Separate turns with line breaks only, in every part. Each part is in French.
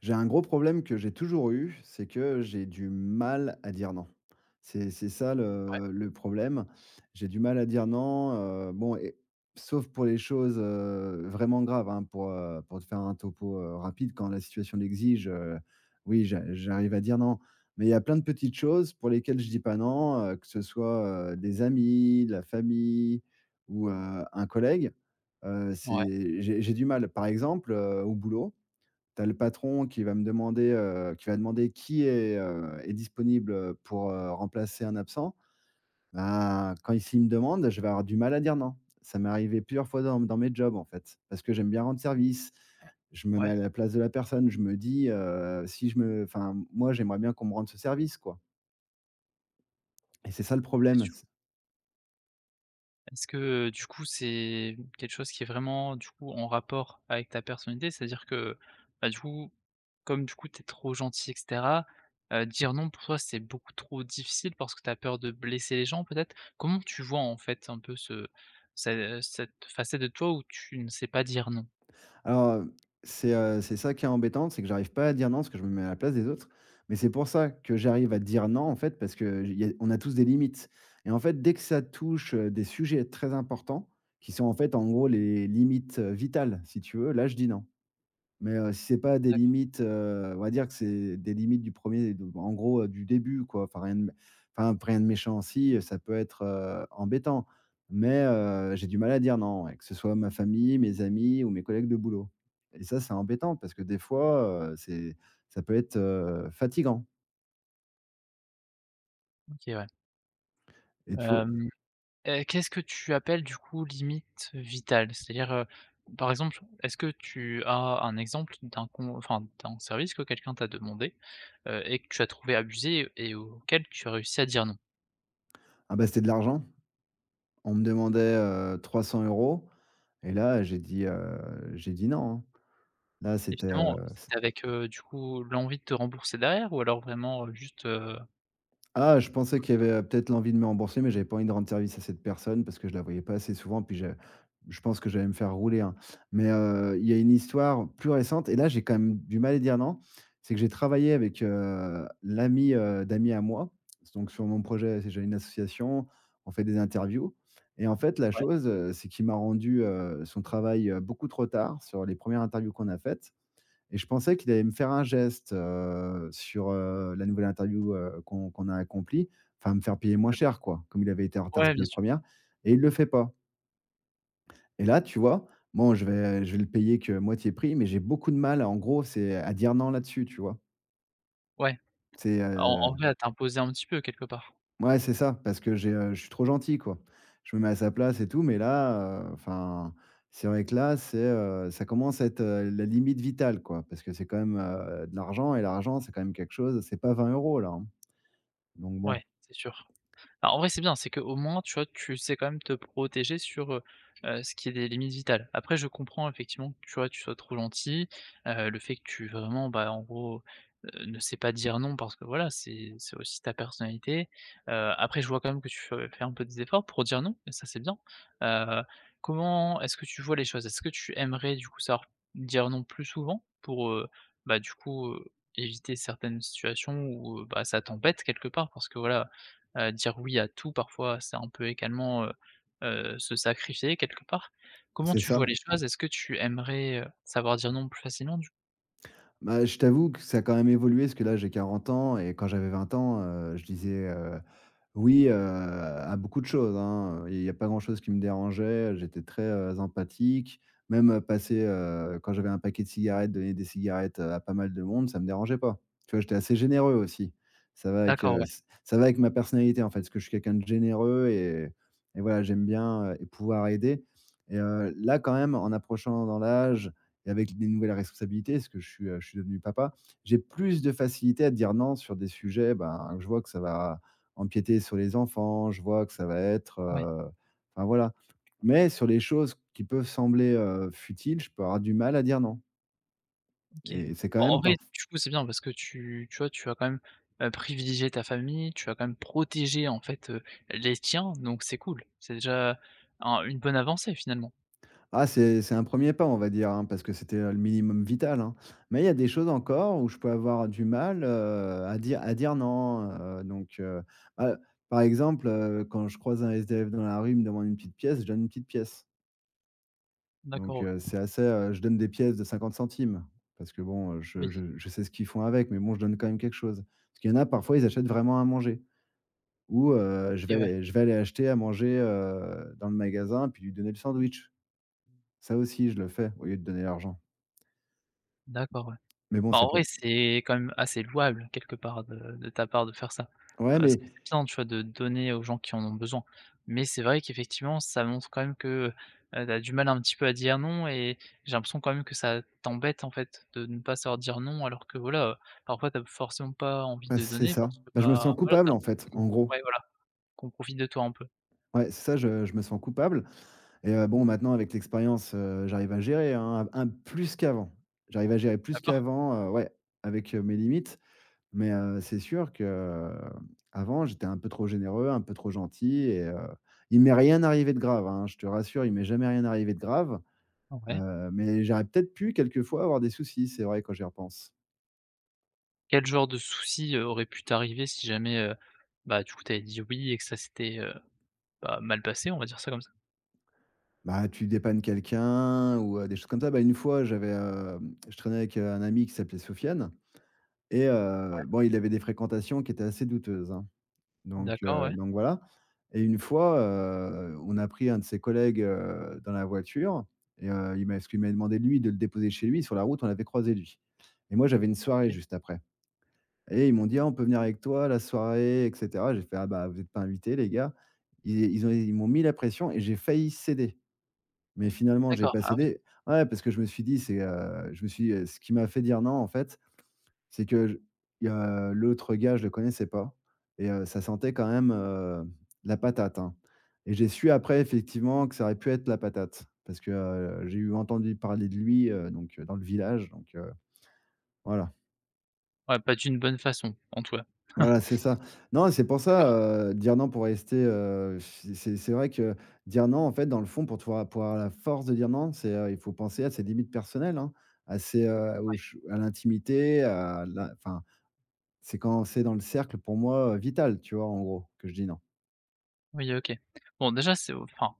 J'ai un gros problème que j'ai toujours eu, c'est que j'ai du mal à dire non. C'est ça
Ouais,
le problème. J'ai du mal à dire non, bon, et sauf pour les choses, vraiment graves, hein. Pour te faire un topo, rapide, quand la situation l'exige, oui, j'arrive à dire non. Mais il y a plein de petites choses pour lesquelles je dis pas non, que ce soit, des amis, de la famille ou, un collègue.
ouais,
C'est J'ai du mal. Par exemple, au boulot, t'as le patron qui va me demander, qui va demander qui est, est disponible, pour, remplacer un absent. Ben, quand il s'il me demande, je vais avoir du mal à dire non. Ça m'est arrivé plusieurs fois dans mes jobs, en fait, parce que j'aime bien rendre service. Je me mets
ouais,
à la place de la personne. Je me dis, si je me enfin, moi, j'aimerais bien qu'on me rende ce service, quoi. Et c'est ça le
c'est
problème.
sûr. Est-ce que, du coup, c'est quelque chose qui est vraiment, du coup, en rapport avec ta personnalité? C'est-à-dire que, bah, du coup, comme, du coup, t'es trop gentil et cetera, dire non pour toi, c'est beaucoup trop difficile parce que t'as peur de blesser les gens peut-être? Comment tu vois, en fait, un peu ce ce cette facette de toi où tu ne sais pas dire non?
Alors, c'est ça qui est embêtant, c'est que j'arrive pas à dire non, parce que je me mets à la place des autres. Mais c'est pour ça que j'arrive à dire non, en fait, parce qu'il y a on a tous des limites. Et en fait, dès que ça touche, des sujets très importants, qui sont en fait, en gros, les limites, vitales, si tu veux, là, je dis non. Mais, si c'est pas des
D'accord.
limites, on va dire que c'est des limites du premier de en gros, du début, quoi, enfin rien de mé enfin p rien de méchant, si, ça peut être, embêtant. Mais, j'ai du mal à dire non, ouais, que ce soit ma famille, mes amis ou mes collègues de boulot. Et ça, c'est embêtant parce que des fois, c'est ça peut être, fatigant.
OK, ouais.
Et tu vois?
Hem. Qu'est-ce que tu appelles du coup limite vitale? C'est-à-dire, par exemple, est-ce que tu as un exemple d'un con enfin d'un service que quelqu'un t'a demandé, et que tu as trouvé abusé et auquel tu as réussi à dire non?
Ah bah, c'était de l'argent. On me demandait, 300 euros, et là, j'ai dit: «Non», hein. Là, c'était, heu,
Évidemment, c'était avec, du coup l'envie de te rembourser derrière, ou alors vraiment, juste,
Ah, je pensais
comme
qu'il y
ça?
avait, peut-être l'envie de me rembourser, mais j'avais pas envie de rendre service à cette personne parce que je la voyais pas assez souvent, puis je pense que j'allais me faire rouler, hein. Mais, il y a une histoire plus récente, et là, j'ai quand même du mal à dire non. C'est que j'ai travaillé avec, l'ami, d'amis à moi. Donc sur mon projet, c'est j'ai une association, on fait des interviews. Et en fait, la
Ouais,
chose, c'est qu'il m'a rendu, son travail, beaucoup trop tard sur les premières interviews qu'on a faites. Et je pensais qu'il allait me faire un geste, sur, la nouvelle interview, qu'on a accomplie, enfin me faire payer moins
d'ac
cher, quoi, comme il avait été en retard
ouais,
sur
bien
les
sûr.
premières. Et il le fait pas. Et là, tu vois, bon, je vais le payer que moitié prix, mais j'ai beaucoup de mal, en gros, c'est à dire non là-dessus, tu vois?
Ouais,
C'est,
en
heu
en vrai, à t'imposer un petit peu quelque part.
ouais, c'est ça, parce que je suis trop gentil, quoi. Je me mets à sa place et tout, mais là, enfin, c'est vrai que ça commence à être, la limite vitale, quoi, parce que c'est quand même, de l'argent. Et l'argent, c'est quand même quelque chose, c'est pas 20 euros là, hein. Donc bon,
Ouais, c'est sûr. Alors en vrai, c'est bien, c'est qu'au moins, tu vois, tu sais quand même te protéger sur, ce qui est des limites vitales. Après, je comprends effectivement que, tu vois, tu sois trop gentil, le fait que tu vraiment, bah, en gros, ne sais pas dire non parce que voilà, c'est aussi ta personnalité. Après, je vois quand même que tu fais un peu des efforts pour dire non et ça, c'est bien. Heu, Comment est-ce que tu vois les choses? Est-ce que tu aimerais, du coup, savoir dire non plus souvent pour, bah, du coup, éviter certaines situations où, bah, ça t'embête quelque part? Parce que voilà, dire oui à tout parfois, c'est un peu également, se sacrifier quelque part. Comment
c'est
tu vois
ça.
les choses? Est-ce que tu aimerais, savoir dire non plus facilement du coup?
Bah, je t'avoue que ça a quand même évolué, parce que là, j'ai 40 ans et quand j'avais 20 ans, oui, à beaucoup de choses, hein, il y a pas grand-chose qui me dérangeait. J'étais très, empathique. Même, quand j'avais un paquet de cigarettes, donner des cigarettes, à pas mal de monde, ça me dérangeait pas. Tu vois, j'étais assez généreux aussi.
D'accord, ouais,
Ça va avec ma personnalité, en fait, parce que je suis quelqu'un de généreux, et voilà, j'aime bien, et pouvoir aider, et là, quand même, en approchant dans l'âge, et avec des nouvelles responsabilités, parce que je suis devenu papa, j'ai plus de facilité à dire non sur des sujets, ben, que je vois que ça va empiéter sur les enfants, je vois que ça va être,
ouais,
enfin voilà. Mais sur les choses qui peuvent sembler, futiles, je peux avoir du mal à dire non,
OK.
et c'est quand
Bon en
même
vrai,
pas.
du coup, c'est bien parce que tu vois, tu as quand même, privilégié ta famille, tu as quand même protégé en fait, les tiens, donc c'est cool. C'est déjà un une bonne avancée finalement.
Ah, c'est un premier pas, on va dire, hein, parce que c'était, le minimum vital, hein. Mais il y a des choses encore où je peux avoir du mal, à dire non, bah, par exemple, quand je croise un SDF dans la rue, il me demande une petite pièce, je donne une petite pièce.
D'accord,
Je donne des pièces de 50 centimes, parce que bon,
oui.
je sais ce qu'ils font avec, mais bon, je donne quand même quelque chose. Parce qu'il y en a parfois, ils achètent vraiment à manger, ou
OK, ouais.
je vais aller acheter à manger, dans le magasin, puis lui donner le sandwich. Ça aussi, je le fais au lieu de donner l'argent.
D'accord, ouais.
Mais bon,
Bah, en
c'est
vrai,
pour
c'est quand même assez louable quelque part de ta part de faire ça.
Ouais,
Parce
mais
que c'est bien, tu vois, de donner aux gens qui en ont besoin. Mais c'est vrai qu'effectivement, ça montre quand même que, tu as du mal un petit peu à dire non et j'ai l'impression quand même que ça t'embête, en fait, de ne pas savoir dire non alors que voilà, parfois t'as forcément pas envie
bah,
de
c'est
donner
ça.
parce que,
Bah, je me
bah,
sens
voilà, tu
coupable,
as
en fait,
l'impression
en gros.
ouais, voilà, qu'on profite de toi un peu,
Ouais, c'est ça, je me sens coupable. Bon, maintenant, avec l'expérience, j'arrive à gérer, hein, un plus qu'avant. J'arrive à gérer plus
d'accord?
qu'avant, ouais, avec, mes limites. C'est sûr que, avant, j'étais un peu trop généreux, un peu trop gentil, il m'est rien arrivé de grave, hein, je te rassure, il m'est jamais rien arrivé de grave,
Ouais.
mais j'aurais peut-être pu quelquefois avoir des soucis, c'est vrai, quand j'y repense.
Quel genre de souci, aurait pu t'arriver si jamais, bah, du coup, t'avais dit oui et que ça s'était, bah, mal passé, on va dire ça comme ça?
Bah, tu dépannes quelqu'un ou, des choses comme ça. Bah, une fois, je traînais avec, un ami qui s'appelait Sofiane. Bon, il avait des fréquentations qui étaient assez douteuses, hein. Donc
D'accord,
heu,
ouais,
donc voilà. Et une fois, on a pris un de ses collègues, dans la voiture, et il m'a parce qu'il m'avait demandé, lui, de le déposer chez lui. Sur la route, on l'avait croisé, lui, et moi, j'avais une
OK.
soirée juste après, et ils m'ont dit: «Ah, on peut venir avec toi, la soirée et cetera». J'ai fait: «Ah bah, vous n'êtes pas invités, les gars». Ils m'ont mis la pression, et j'ai failli céder, mais finalement, j'ai
D'accord,
pas
ah oui.
cédé. Ouais, parce que je me suis dit: «C'est, je me suis «Ce qui m'a fait dire non, en fait, c'est que je il y a l'autre gars, je le connaissais pas, et ça sentait quand même, la patate, hein, et j'ai su après effectivement que ça aurait pu être la patate parce que, j'ai eu entendu parler de lui, donc, dans le village, donc, voilà.»
Ouais, pas d'une bonne façon, en tout cas.
Voilà, c'est ça. Non, c'est pour ça,
D'accord.
dire non pour rester, c'est vrai que dire non, en fait, dans le fond, pour avoir la force de dire non, c'est, il faut penser à ses limites personnelles, hein, à ses, aux ch à l'intimité, à la enfin, c'est quand c'est dans le cercle pour moi, vital, tu vois, en gros, que je dis non.
Oui, OK. Bon déjà, c'est enfin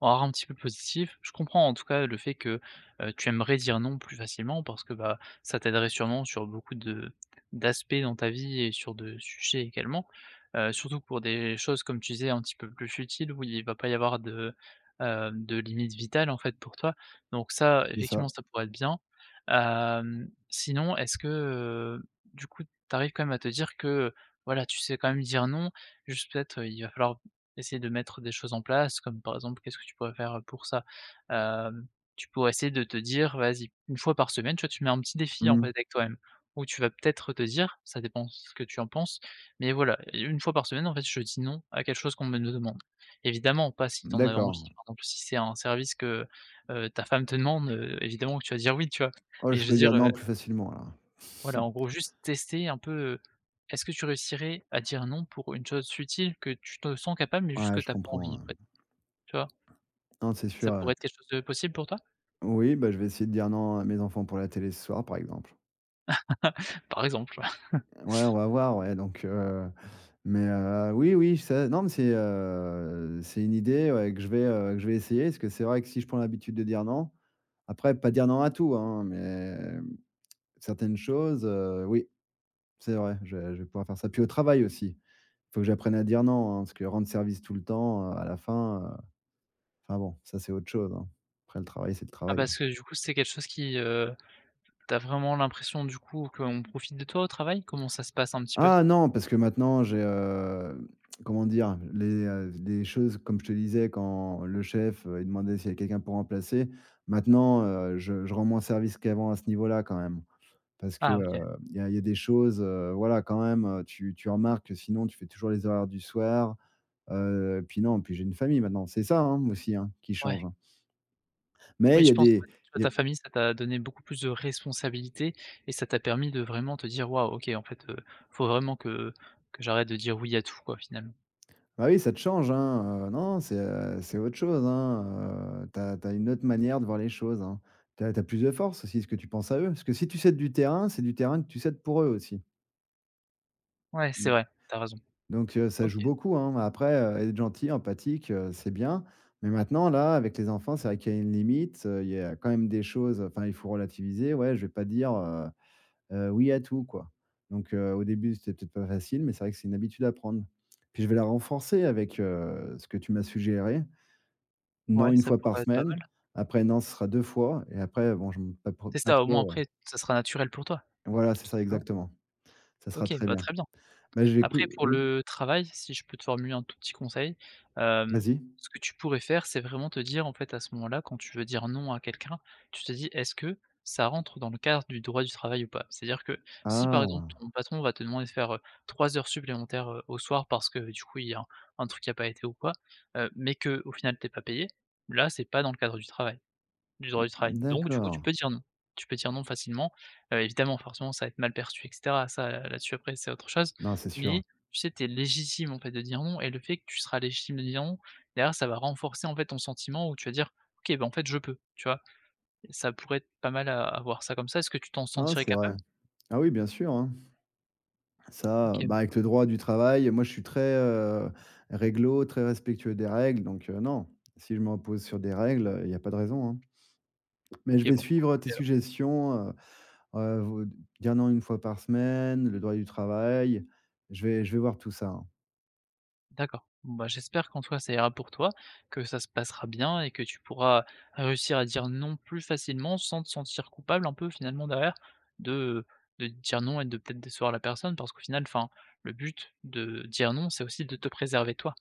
Alors un petit peu positif. Je comprends en tout cas le fait que, tu aimerais dire «non» plus facilement parce que, bah, ça t'aiderait sûrement sur beaucoup de d'aspects dans ta vie et sur de sujets également. Surtout pour des choses comme tu disais un petit peu plus futiles où il va pas y avoir de limite vitale en fait pour toi. Donc ça
C'est ça.
effectivement ça pourrait être bien. Sinon est-ce que, du coup tu arrives quand même à te dire que, voilà, tu sais quand même dire «non», juste peut-être il va falloir essayer de mettre des choses en place comme par exemple, qu'est-ce que tu pourrais faire pour ça? Hem, Tu pourrais essayer de te dire: «Vas-y, 1 fois par semaine», tu vois, tu mets un petit défi en fait
Mmh.
avec toi-même, où tu vas peut-être te dire, ça dépend ce que tu en penses, mais voilà, 1 fois par semaine en fait je dis non à quelque chose qu'on me demande. Évidemment pas si tu en as envie,
D'accord.
par exemple si c'est un service que, ta femme te demande, évidemment que tu vas dire oui, tu vois?
Oh,
Mais
je
je veux
peux
dire,
dire non plus facilement alors.
voilà en gros juste tester un peu, est-ce que tu réussirais à dire non pour une chose utile que tu te sens capable mais juste
Ouais,
que
je
tu as pas
comprends,
envie,
ouais.
tu vois?
Non, c'est sûr,
Ça
ouais.
pourrait être quelque chose de possible pour toi?
Oui, bah, je vais essayer de dire non à mes enfants pour la télé ce soir, par exemple.
Par exemple?
Ouais, on va voir, ouais, oui, oui, ça non, mais c'est une idée, ouais, que que je vais essayer, parce que c'est vrai que si je prends l'habitude de dire non, après, pas dire non à tout, hein, mais certaines choses, oui, c'est vrai, je vais pouvoir faire ça. Puis au travail aussi. Faut que j'apprenne à dire non, hein, parce que rendre service tout le temps, à la fin, enfin bon, ça c'est autre chose, hein. Après, le travail, c'est le
Ah
travail.
parce que du coup, c'est quelque chose qui, tu vraiment l'impression du coup qu'on profite de toi au travail? Comment ça se passe un petit peu?
Ah non, parce que maintenant comment dire? Les choses, comme je te disais, quand le chef, il demandait s'il y avait quelqu'un pour remplacer, maintenant, je rends moins service qu'avant à ce niveau-là quand même. Parce que,
Ah OK,
il y a des choses, voilà, quand même, tu remarques que sinon tu fais toujours les horaires du soir, puis non, puis j'ai une famille maintenant. C'est ça, hein, aussi, hein, qui change,
ouais.
hein. Mais
Oui,
il y
je
a
pense
des
que
il y a
ta famille, ça t'a donné beaucoup plus de responsabilités et ça t'a permis de vraiment te dire: «Waouh, OK, en fait, faut vraiment que j'arrête de dire oui à tout, quoi, finalement».
Bah oui, ça te change, hein, non, c'est autre chose, hein, tu as une autre manière de voir les choses, hein. T'as as tu as plus de force aussi, ce que tu penses à eux. Parce que si tu cèdes du terrain, c'est du terrain que tu cèdes pour eux aussi.
Ouais, c'est
Mmh.
vrai, t'as raison.
Ça
OK,
joue beaucoup, hein. Après, être gentil, empathique, c'est bien. Mais maintenant, là, avec les enfants, c'est vrai qu'il y a une limite, il y a quand même des choses, enfin, il faut relativiser. Ouais, je vais pas dire, oui à tout, quoi. Au début, c'était peut-être pas facile, mais c'est vrai que c'est une habitude à prendre. Puis je vais la renforcer avec, ce que tu m'as suggéré.
ouais,
Non, une
ça
fois par
pourrait être pas
semaine.
mal.
Après, non, ce sera 2 fois et après, bon, je me pas trop,
C'est
pas
ça, au moins
trop,
après, ça sera naturel pour toi,
voilà, c'est
tout
ça
simplement.
exactement. Ça sera
OK,
très
bah,
bien.
très bien.
Bah, j'ai
Après
écou
pour
oui,
le travail, si je peux te formuler un tout petit conseil, hem,
vas-y.
ce que tu pourrais faire, c'est vraiment te dire, en fait, à ce moment-là, quand tu veux dire non à quelqu'un, tu te dis: «Est-ce que ça rentre dans le cadre du droit du travail ou pas?» C'est-à-dire que si, par exemple,
Ah!
ton patron va te demander de faire, 3 heures supplémentaires, au soir parce que, du coup, il y a un truc qui a pas été ou quoi, mais que au final t'es pas payé, là, c'est pas dans le cadre du travail. Du droit du travail. Donc du coup, tu
D'accord.
peux dire non. Tu peux dire non facilement. Évidemment, forcément, ça va être mal perçu et cetera. Ça, là-dessus, après, c'est autre chose.
Non, c'est sûr.
Mais tu sais, tu es légitime, en fait, de dire non et le fait que tu seras légitime de dire non, derrière, ça va renforcer, en fait, ton sentiment où tu vas dire: «OK, ben en fait, je peux», tu vois? Ça pourrait être pas mal à voir ça comme ça. Est-ce que tu t'en
Non,
sentirais
c'est vrai.
capable?
Ah oui, bien sûr, hein. Ça,
OK,
bah, avec le droit du travail, moi, je suis très, réglo, très respectueux des règles, non, si je me repose sur des règles, il y a pas de raison, hein. Mais je
OK,
vais
bon, bah,
suivre tes
parfait.
suggestions, vous dire non 1 fois par semaine, le droit du travail, je vais voir tout ça, hein.
D'accord. Bon, bah, j'espère qu'en toi, ça ira pour toi, que ça se passera bien et que tu pourras réussir à dire non plus facilement sans te sentir coupable un peu finalement derrière, de de dire non et de peut-être décevoir la personne parce qu'au final, enfin, le but de dire non, c'est aussi de te préserver toi.